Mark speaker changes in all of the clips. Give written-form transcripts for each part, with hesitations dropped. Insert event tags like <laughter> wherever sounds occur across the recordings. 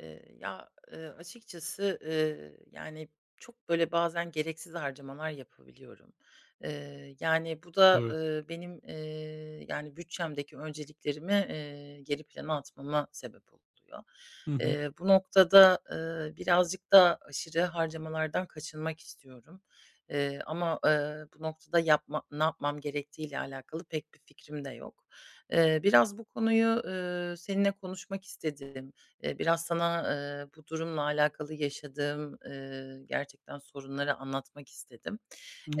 Speaker 1: Açıkçası, yani, çok, böyle, bazen gereksiz harcamalar yapabiliyorum. Bu da,
Speaker 2: Evet.
Speaker 1: benim, yani, bütçemdeki önceliklerimi, geri plana atmama sebep oluyor.
Speaker 2: Hı hı.
Speaker 1: Bu noktada, birazcık da aşırı harcamalardan kaçınmak istiyorum. Bu noktada ne yapmam gerektiğiyle alakalı pek bir fikrim de yok. Biraz bu konuyu, seninle konuşmak istedim. Biraz sana, bu durumla alakalı yaşadığım, gerçekten sorunları anlatmak istedim.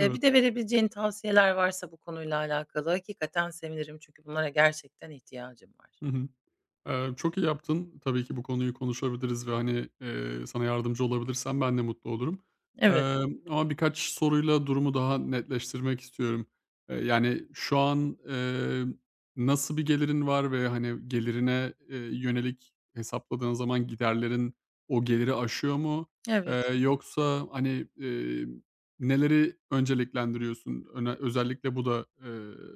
Speaker 1: Bir de verebileceğin tavsiyeler varsa bu konuyla alakalı hakikaten sevinirim çünkü bunlara gerçekten ihtiyacım var.
Speaker 2: Hı hı. Çok iyi yaptın. Tabii ki bu konuyu konuşabiliriz ve, hani, sana yardımcı olabilirsem ben de mutlu olurum.
Speaker 1: Evet,
Speaker 2: Ama birkaç soruyla durumu daha netleştirmek istiyorum. Yani, şu an, nasıl bir gelirin var ve, hani, gelirine, yönelik hesapladığın zaman giderlerin o geliri aşıyor mu?
Speaker 1: evet,
Speaker 2: Yoksa, hani, neleri önceliklendiriyorsun? Öne özellikle bu da,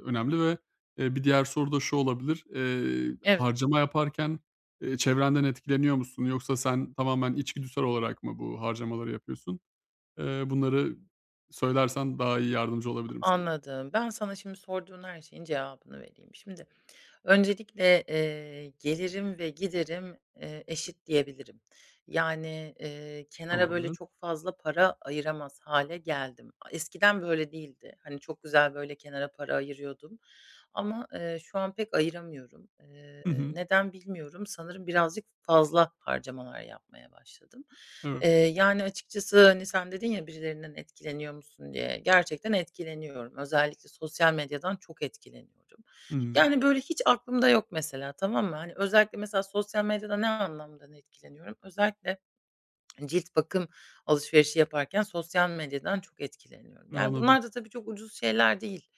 Speaker 2: önemli ve bir diğer soru da şu olabilir: Eee,
Speaker 1: evet,
Speaker 2: harcama yaparken, çevrenden etkileniyor musun yoksa sen tamamen içgüdüsel olarak mı bu harcamaları yapıyorsun? Bunları söylersen daha iyi yardımcı olabilirim sana.
Speaker 1: anladım. Ben sana şimdi sorduğun her şeyin cevabını vereyim. Şimdi öncelikle, gelirim ve giderim, eşit diyebilirim. Yani, kenara böyle
Speaker 2: Tamamdır.
Speaker 1: çok fazla para ayıramaz hale geldim. Eskiden böyle değildi. Hani, çok güzel böyle kenara para ayırıyordum ama, şu an pek ayıramıyorum.
Speaker 2: Hı hı.
Speaker 1: Neden bilmiyorum. Sanırım birazcık fazla harcamalar yapmaya başladım.
Speaker 2: Evet.
Speaker 1: Yani, açıkçası, hani, sen dedin ya, "Birilerinden etkileniyor musun?" diye. Gerçekten etkileniyorum. Özellikle sosyal medyadan çok etkileniyorum.
Speaker 2: Hımm.
Speaker 1: Yani, böyle, hiç aklımda yok mesela, tamam mı? Hani, özellikle mesela sosyal medyada ne anlamda etkileniyorum? Özellikle cilt bakım alışverişi yaparken sosyal medyadan çok etkileniyorum. Yani,
Speaker 2: Anladım.
Speaker 1: bunlar da tabii çok ucuz şeyler değil.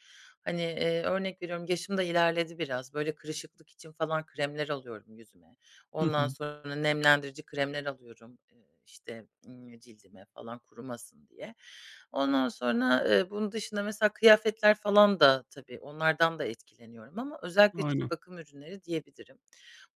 Speaker 1: Hani, örnek veriyorum, yaşım da ilerledi biraz. Böyle kırışıklık için falan kremler alıyorum yüzüme.
Speaker 2: Hı
Speaker 1: Ondan
Speaker 2: hı.
Speaker 1: sonra nemlendirici kremler alıyorum, işte, cildime falan kurumasın diye. Ondan sonra, bunun dışında mesela kıyafetler falan da tabii onlardan da etkileniyorum ama özellikle cilt
Speaker 2: Aynen.
Speaker 1: bakım ürünleri diyebilirim.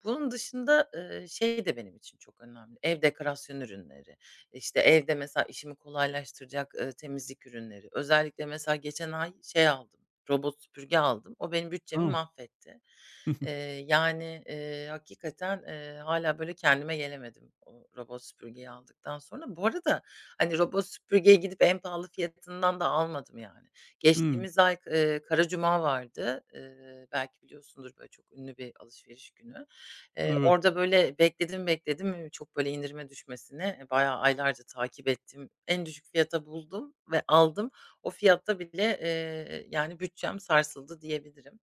Speaker 1: Bunun dışında, şey de benim için çok önemli, ev dekorasyon ürünleri. İşte, evde mesela işimi kolaylaştıracak, temizlik ürünleri. Özellikle mesela geçen ay şey aldım, robot süpürge aldım. O benim bütçemi
Speaker 2: Tamam.
Speaker 1: mahvetti.
Speaker 2: Hı hı.
Speaker 1: Eee, Hakikaten, hâlâ böyle kendime gelemedim o robot süpürgeyi aldıktan sonra. Bu arada, hani, robot süpürgeye gidip en pahalı fiyatından da almadım yani.
Speaker 2: Hımm.
Speaker 1: Geçtiğimiz ay, Karacuma vardı. Belki biliyorsundur, böyle çok ünlü bir alışveriş günü.
Speaker 2: Evet.
Speaker 1: Orada, böyle, bekledim, çok, böyle, indirime düşmesini, bayağı aylarca takip ettim. En düşük fiyata buldum ve aldım. O fiyatta bile, yani, bütçem sarsıldı diyebilirim.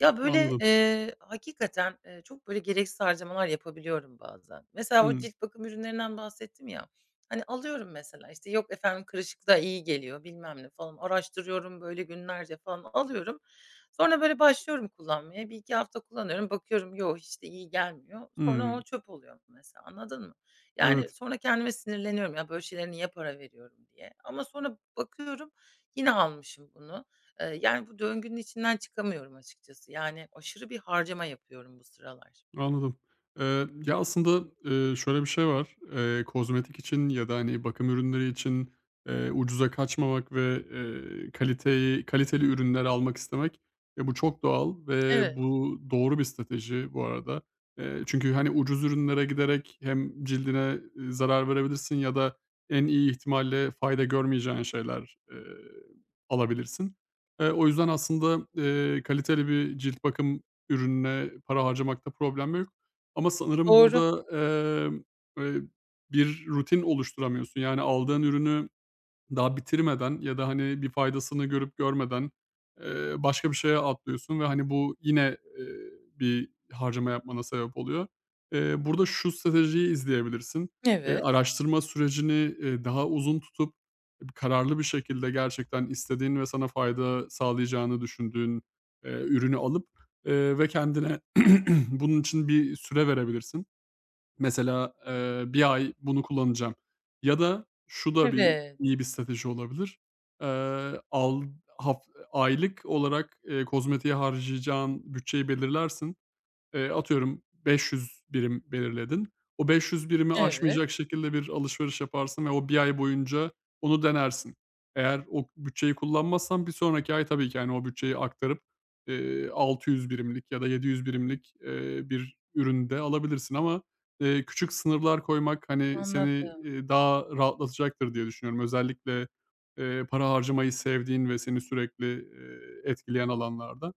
Speaker 1: Ya, böyle,
Speaker 2: Anladım.
Speaker 1: hakikaten, çok, böyle, gereksiz harcamalar yapabiliyorum bazen. Mesela o
Speaker 2: Hımm.
Speaker 1: cilt bakım ürünlerinden bahsettim ya, hani, alıyorum mesela, işte, yok efendim kırışıklığa iyi geliyor bilmem ne falan araştırıyorum, böyle, günlerce falan alıyorum. Sonra böyle başlıyorum kullanmaya. Bir iki hafta kullanıyorum. Bakıyorum yok hiç de iyi gelmiyor. Sonra o
Speaker 2: Hımm.
Speaker 1: çöp oluyor mesela, anladın mı? Yani
Speaker 2: Evet.
Speaker 1: sonra kendime sinirleniyorum, ya, böyle şeylere niye para veriyorum diye. Ama sonra bakıyorum yine almışım bunu. Yani bu döngünün içinden çıkamıyorum açıkçası. Yani aşırı bir harcama yapıyorum bu sıralar.
Speaker 2: Anladım. Ya, aslında, şöyle bir şey var. Kozmetik için ya da, hani, bakım ürünleri için, ucuza kaçmamak ve, kaliteyi kaliteli ürünler almak istemek, bu çok doğal ve
Speaker 1: Evet,
Speaker 2: bu doğru bir strateji bu arada. Çünkü, hani, ucuz ürünlere giderek hem cildine, zarar verebilirsin ya da en iyi ihtimalle fayda görmeyeceğin şeyler, alabilirsin. O yüzden aslında, kaliteli bir cilt bakım ürününe para harcamakta problem yok ama sanırım
Speaker 1: doğru.
Speaker 2: burada, eee, e, bir rutin oluşturamıyorsun. Yani aldığın ürünü daha bitirmeden ya da, hani, bir faydasını görüp görmeden, başka bir şeye atlıyorsun ve, hani, bu yine, bir harcama yapmana sebep oluyor. Burada şu stratejiyi izleyebilirsin. Eee,
Speaker 1: Evet,
Speaker 2: araştırma sürecini, daha uzun tutup kararlı bir şekilde gerçekten istediğin ve sana fayda sağlayacağını düşündüğün, ürünü alıp, ve kendine <clears throat> bunun için bir süre verebilirsin. Mesela, 1 ay bunu kullanacağım ya da şu da bir
Speaker 1: evet,
Speaker 2: iyi bir strateji olabilir. Al haf Aylık olarak, kozmetiğe harcayacağın bütçeyi belirlersin. Atıyorum 500 birim belirledin. O 500 birimi
Speaker 1: evet.
Speaker 2: aşmayacak şekilde bir alışveriş yaparsın ve o bir ay boyunca onu denersin. Eğer o bütçeyi kullanmazsan bir sonraki ay tabii ki, hani, o bütçeyi aktarıp, 600 birimlik ya da 700 birimlik, bir üründe alabilirsin ama, küçük sınırlar koymak, hani, seni,
Speaker 1: Anladım.
Speaker 2: daha rahatlatacaktır diye düşünüyorum. Özellikle, para harcamayı sevdiğin ve seni sürekli, etkileyen alanlarda.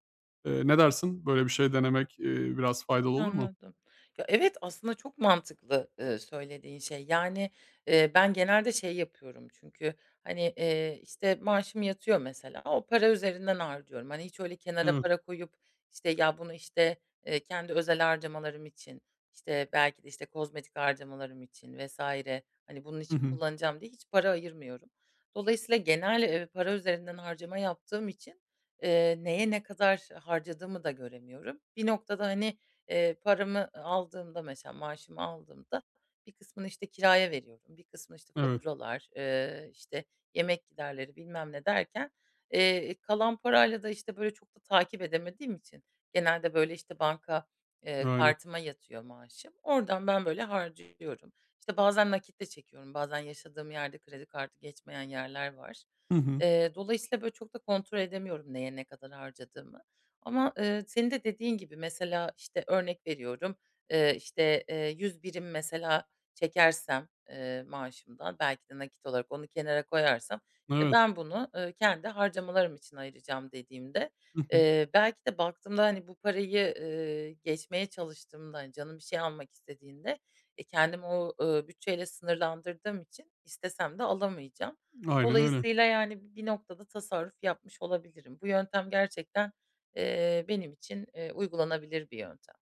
Speaker 2: Ne dersin? Böyle bir şey denemek, biraz faydalı olur mu?
Speaker 1: Anladım. Ya, evet, aslında çok mantıklı, söylediğin şey. Yani, ben genelde şey yapıyorum çünkü, hani, işte, maaşım yatıyor mesela, o para üzerinden harcıyorum. Hani, hiç öyle kenara
Speaker 2: Evet.
Speaker 1: para koyup, işte, ya, bunu, işte, kendi özel harcamalarım için, işte, belki de, işte, kozmetik harcamalarım için vesaire. Hani, bunun
Speaker 2: Hı
Speaker 1: için
Speaker 2: hı.
Speaker 1: kullanacağım diye hiç para ayırmıyorum. Dolayısıyla genel, para üzerinden harcama yaptığım için, neye ne kadar harcadığımı da göremiyorum. Bir noktada, hani, paramı aldığımda mesela maaşımı aldığımda bir kısmını, işte, kiraya veriyorum, bir kısmını, işte,
Speaker 2: Evet.
Speaker 1: faturalar, işte, yemek giderleri bilmem ne derken, kalan parayla da, işte, böyle, çok da takip edemediğim için genelde, böyle, işte, banka,
Speaker 2: Aynen.
Speaker 1: kartıma yatıyor maaşım. Oradan ben, böyle, harcıyorum. İşte, bazen nakit çekiyorum. Bazen yaşadığım yerde kredi kartı geçmeyen yerler var.
Speaker 2: Hı hı.
Speaker 1: Dolayısıyla böyle çok da kontrol edemiyorum neye ne kadar harcadığımı. Ama, senin de dediğin gibi mesela, işte, örnek veriyorum, 100 birim mesela çekersem, maaşımdan belki de nakit olarak onu kenara koyarsam, işte,
Speaker 2: Evet.
Speaker 1: ben bunu, kendi harcamalarım için ayıracağım dediğimde,
Speaker 2: Hı hı.
Speaker 1: belki de baktığımda, hani, bu parayı, geçmeye çalıştığımda, hani, canım bir şey almak istediğinde, e, kendimi o, bütçeyle sınırlandırdığım için istesem de alamayacağım.
Speaker 2: Aynen öyle.
Speaker 1: Dolayısıyla, yani, bir noktada tasarruf yapmış olabilirim. Bu yöntem gerçekten, benim için, uygulanabilir bir yöntem.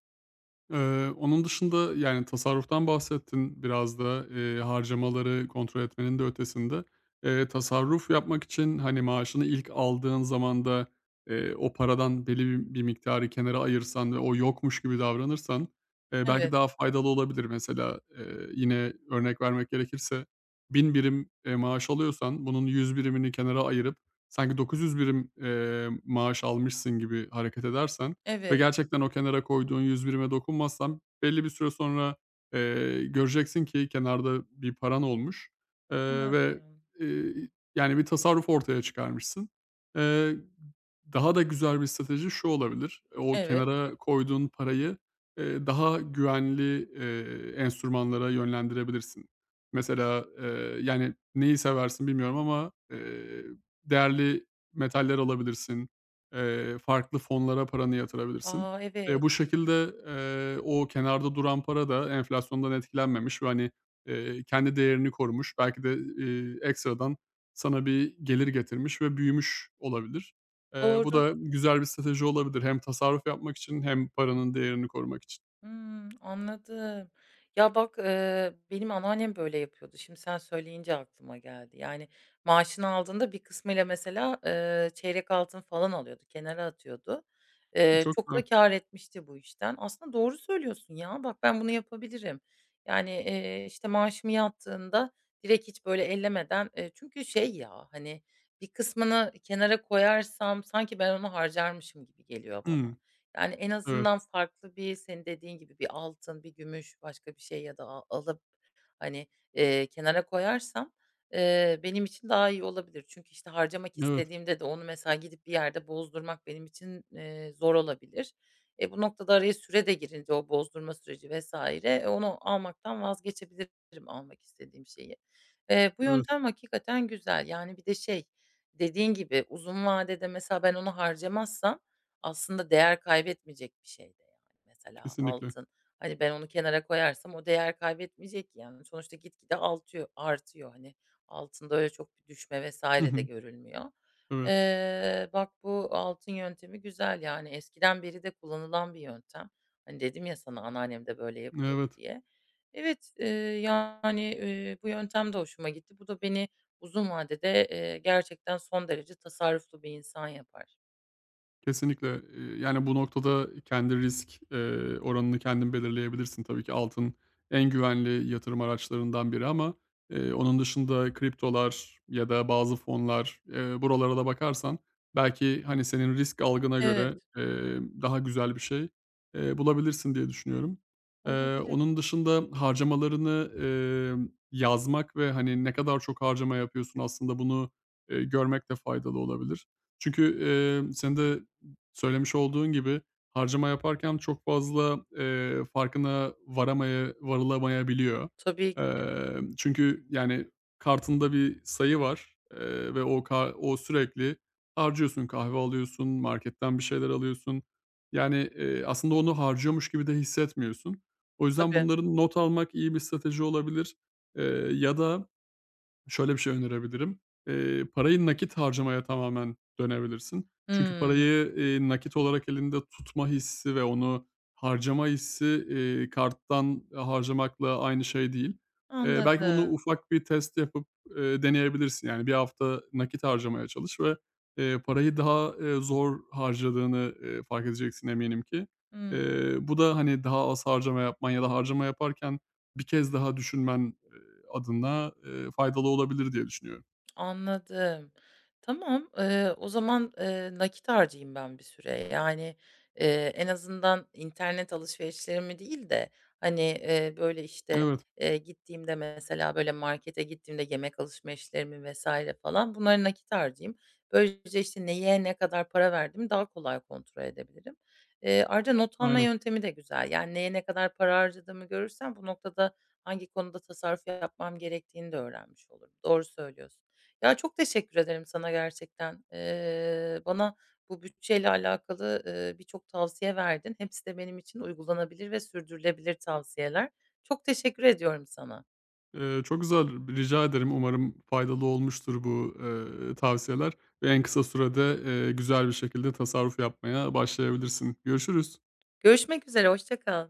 Speaker 2: Onun dışında, yani, tasarruftan bahsettin biraz da, harcamaları kontrol etmenin de ötesinde. Tasarruf yapmak için, hani, maaşını ilk aldığın zaman da, o paradan belli bir miktarı kenara ayırsan ve o yokmuş gibi davranırsan, belki
Speaker 1: Evet,
Speaker 2: daha faydalı olabilir. Mesela, yine örnek vermek gerekirse 1.000 birim, maaş alıyorsan bunun 100 birimini kenara ayırıp sanki 900 birim, maaş almışsın gibi hareket edersen, ve
Speaker 1: evet.
Speaker 2: gerçekten o kenara koyduğun 100 birime dokunmazsan belli bir süre sonra, göreceksin ki kenarda bir paran olmuş, ve,
Speaker 1: Anladım.
Speaker 2: eee, yani bir tasarruf ortaya çıkarmışsın. Eee, daha da güzel bir strateji şu olabilir: O
Speaker 1: Evet.
Speaker 2: kenara koyduğun parayı, daha güvenli, enstrümanlara yönlendirebilirsin. Mesela, yani neyi seversin bilmiyorum ama, değerli metaller alabilirsin. Farklı fonlara paranı yatırabilirsin.
Speaker 1: A,
Speaker 2: Eee,
Speaker 1: evet.
Speaker 2: bu şekilde, o kenarda duran para da enflasyondan etkilenmemiş ve, hani, kendi değerini korumuş. Belki de, ekstradan sana bir gelir getirmiş ve büyümüş olabilir. Bu
Speaker 1: Doğru.
Speaker 2: da güzel bir strateji olabilir hem tasarruf yapmak için hem paranın değerini korumak için.
Speaker 1: Hmm, anladım. Ya, bak, benim anneannem böyle yapıyordu. Şimdi sen söyleyince aklıma geldi. Yani, maaşını aldığında bir kısmıyla mesela, çeyrek altın falan alıyordu, kenara atıyordu.
Speaker 2: Çok
Speaker 1: Çok
Speaker 2: güzel.
Speaker 1: da kâr etmişti bu işten. Aslında doğru söylüyorsun ya. Bak, ben bunu yapabilirim. Yani, işte, maaşım yattığında direkt hiç böyle ellemeden, çünkü şey ya, hani, bir kısmını kenara koyarsam sanki ben onu harcarmışım gibi geliyor bana.
Speaker 2: Hımm.
Speaker 1: Yani, en
Speaker 2: Evet.
Speaker 1: azından farklı bir senin dediğin gibi bir altın, bir gümüş, başka bir şey ya da a hani, kenara koyarsam, benim için daha iyi olabilir. Çünkü, işte, harcamak
Speaker 2: Evet.
Speaker 1: istediğimde de onu mesela gidip bir yerde bozdurmak benim için, zor olabilir. E, bu noktada araya süre de girince o bozdurma süreci vesaire e, onu almaktan vazgeçebilirim almak istediğim şeyi. Bu
Speaker 2: Evet.
Speaker 1: yöntem hakikaten güzel. Yani bir de şey, dediğin gibi uzun vadede mesela ben onu harcamazsam aslında değer kaybetmeyecek bir şey de yani mesela
Speaker 2: Kesinlikle.
Speaker 1: altın. Hani, ben onu kenara koyarsam o değer kaybetmeyecek ki, yani. Sonuçta gitgide altıyor artıyor, hani. Altında öyle çok bir düşme
Speaker 2: Hı
Speaker 1: vesaire de
Speaker 2: hı.
Speaker 1: görülmüyor.
Speaker 2: Evet.
Speaker 1: Bak bu altın yöntemi güzel, yani, eskiden beri de kullanılan bir yöntem. Hani, dedim ya sana anneannem de böyle yapıyordu
Speaker 2: Evet.
Speaker 1: diye. Evet, yani, bu yöntem de hoşuma gitti. Bu da beni uzun vadede, gerçekten son derece tasarruflu bir insan yapar.
Speaker 2: Kesinlikle. Yani, bu noktada kendi risk, oranını kendin belirleyebilirsin. Tabii ki altın en güvenli yatırım araçlarından biri ama, onun dışında kriptolar ya da bazı fonlar, buralara da bakarsan belki, hani, senin risk algına
Speaker 1: Evet,
Speaker 2: göre, daha güzel bir şey, bulabilirsin diye düşünüyorum. Eee,
Speaker 1: olabilir.
Speaker 2: onun dışında harcamalarını, yazmak ve, hani, ne kadar çok harcama yapıyorsun aslında bunu, görmek de faydalı olabilir. Çünkü, senin de söylemiş olduğun gibi harcama yaparken çok fazla, farkına varılamayabiliyor.
Speaker 1: Tabii ki.
Speaker 2: Çünkü, yani, kartında bir sayı var, ve o sürekli harcıyorsun. Kahve alıyorsun, marketten bir şeyler alıyorsun. Yani, aslında onu harcıyormuş gibi de hissetmiyorsun. O yüzden
Speaker 1: Tabii.
Speaker 2: bunların not almak iyi bir strateji olabilir. Eee, ya da, şöyle bir şey önerebilirim. Parayı nakit harcamaya tamamen dönebilirsin. Çünkü
Speaker 1: Hımm,
Speaker 2: parayı, nakit olarak elinde tutma hissi ve onu harcama hissi, karttan harcamakla aynı şey değil. Belki bunu
Speaker 1: anladım.
Speaker 2: ufak bir test yapıp, deneyebilirsin. Yani bir hafta nakit harcamaya çalış ve, parayı daha, zor harcadığını, fark edeceksin eminim ki.
Speaker 1: Hmm.
Speaker 2: Bu da, hani, daha az harcama yapman ya da harcama yaparken bir kez daha düşünmen, adına, faydalı olabilir diye düşünüyorum.
Speaker 1: Anladım. Tamam, o zaman, nakit harcayayım ben bir süre. Yani, en azından internet alışverişlerimi değil de, hani, böyle, işte,
Speaker 2: Evet,
Speaker 1: gittiğimde mesela, böyle, markete gittiğimde yemek alışverişlerimi vesaire falan bunları nakit harcayayım. Böylece, işte, neye ne kadar para verdiğimi daha kolay kontrol edebilirim. Ayrıca not alma
Speaker 2: aynen.
Speaker 1: yöntemi de güzel. Yani neye ne kadar para harcadığımı görürsem bu noktada hangi konuda tasarruf yapmam gerektiğini de öğrenmiş olurum. Doğru söylüyorsun. Ya, çok teşekkür ederim sana gerçekten. Bana bu bütçeyle alakalı, birçok tavsiye verdin. Hepsi de benim için uygulanabilir ve sürdürülebilir tavsiyeler. Çok teşekkür ediyorum sana.
Speaker 2: Çok güzel. Rica ederim. Umarım faydalı olmuştur bu, tavsiyeler ve en kısa sürede, güzel bir şekilde tasarruf yapmaya başlayabilirsin. Görüşürüz.
Speaker 1: Görüşmek üzere, hoşça kal.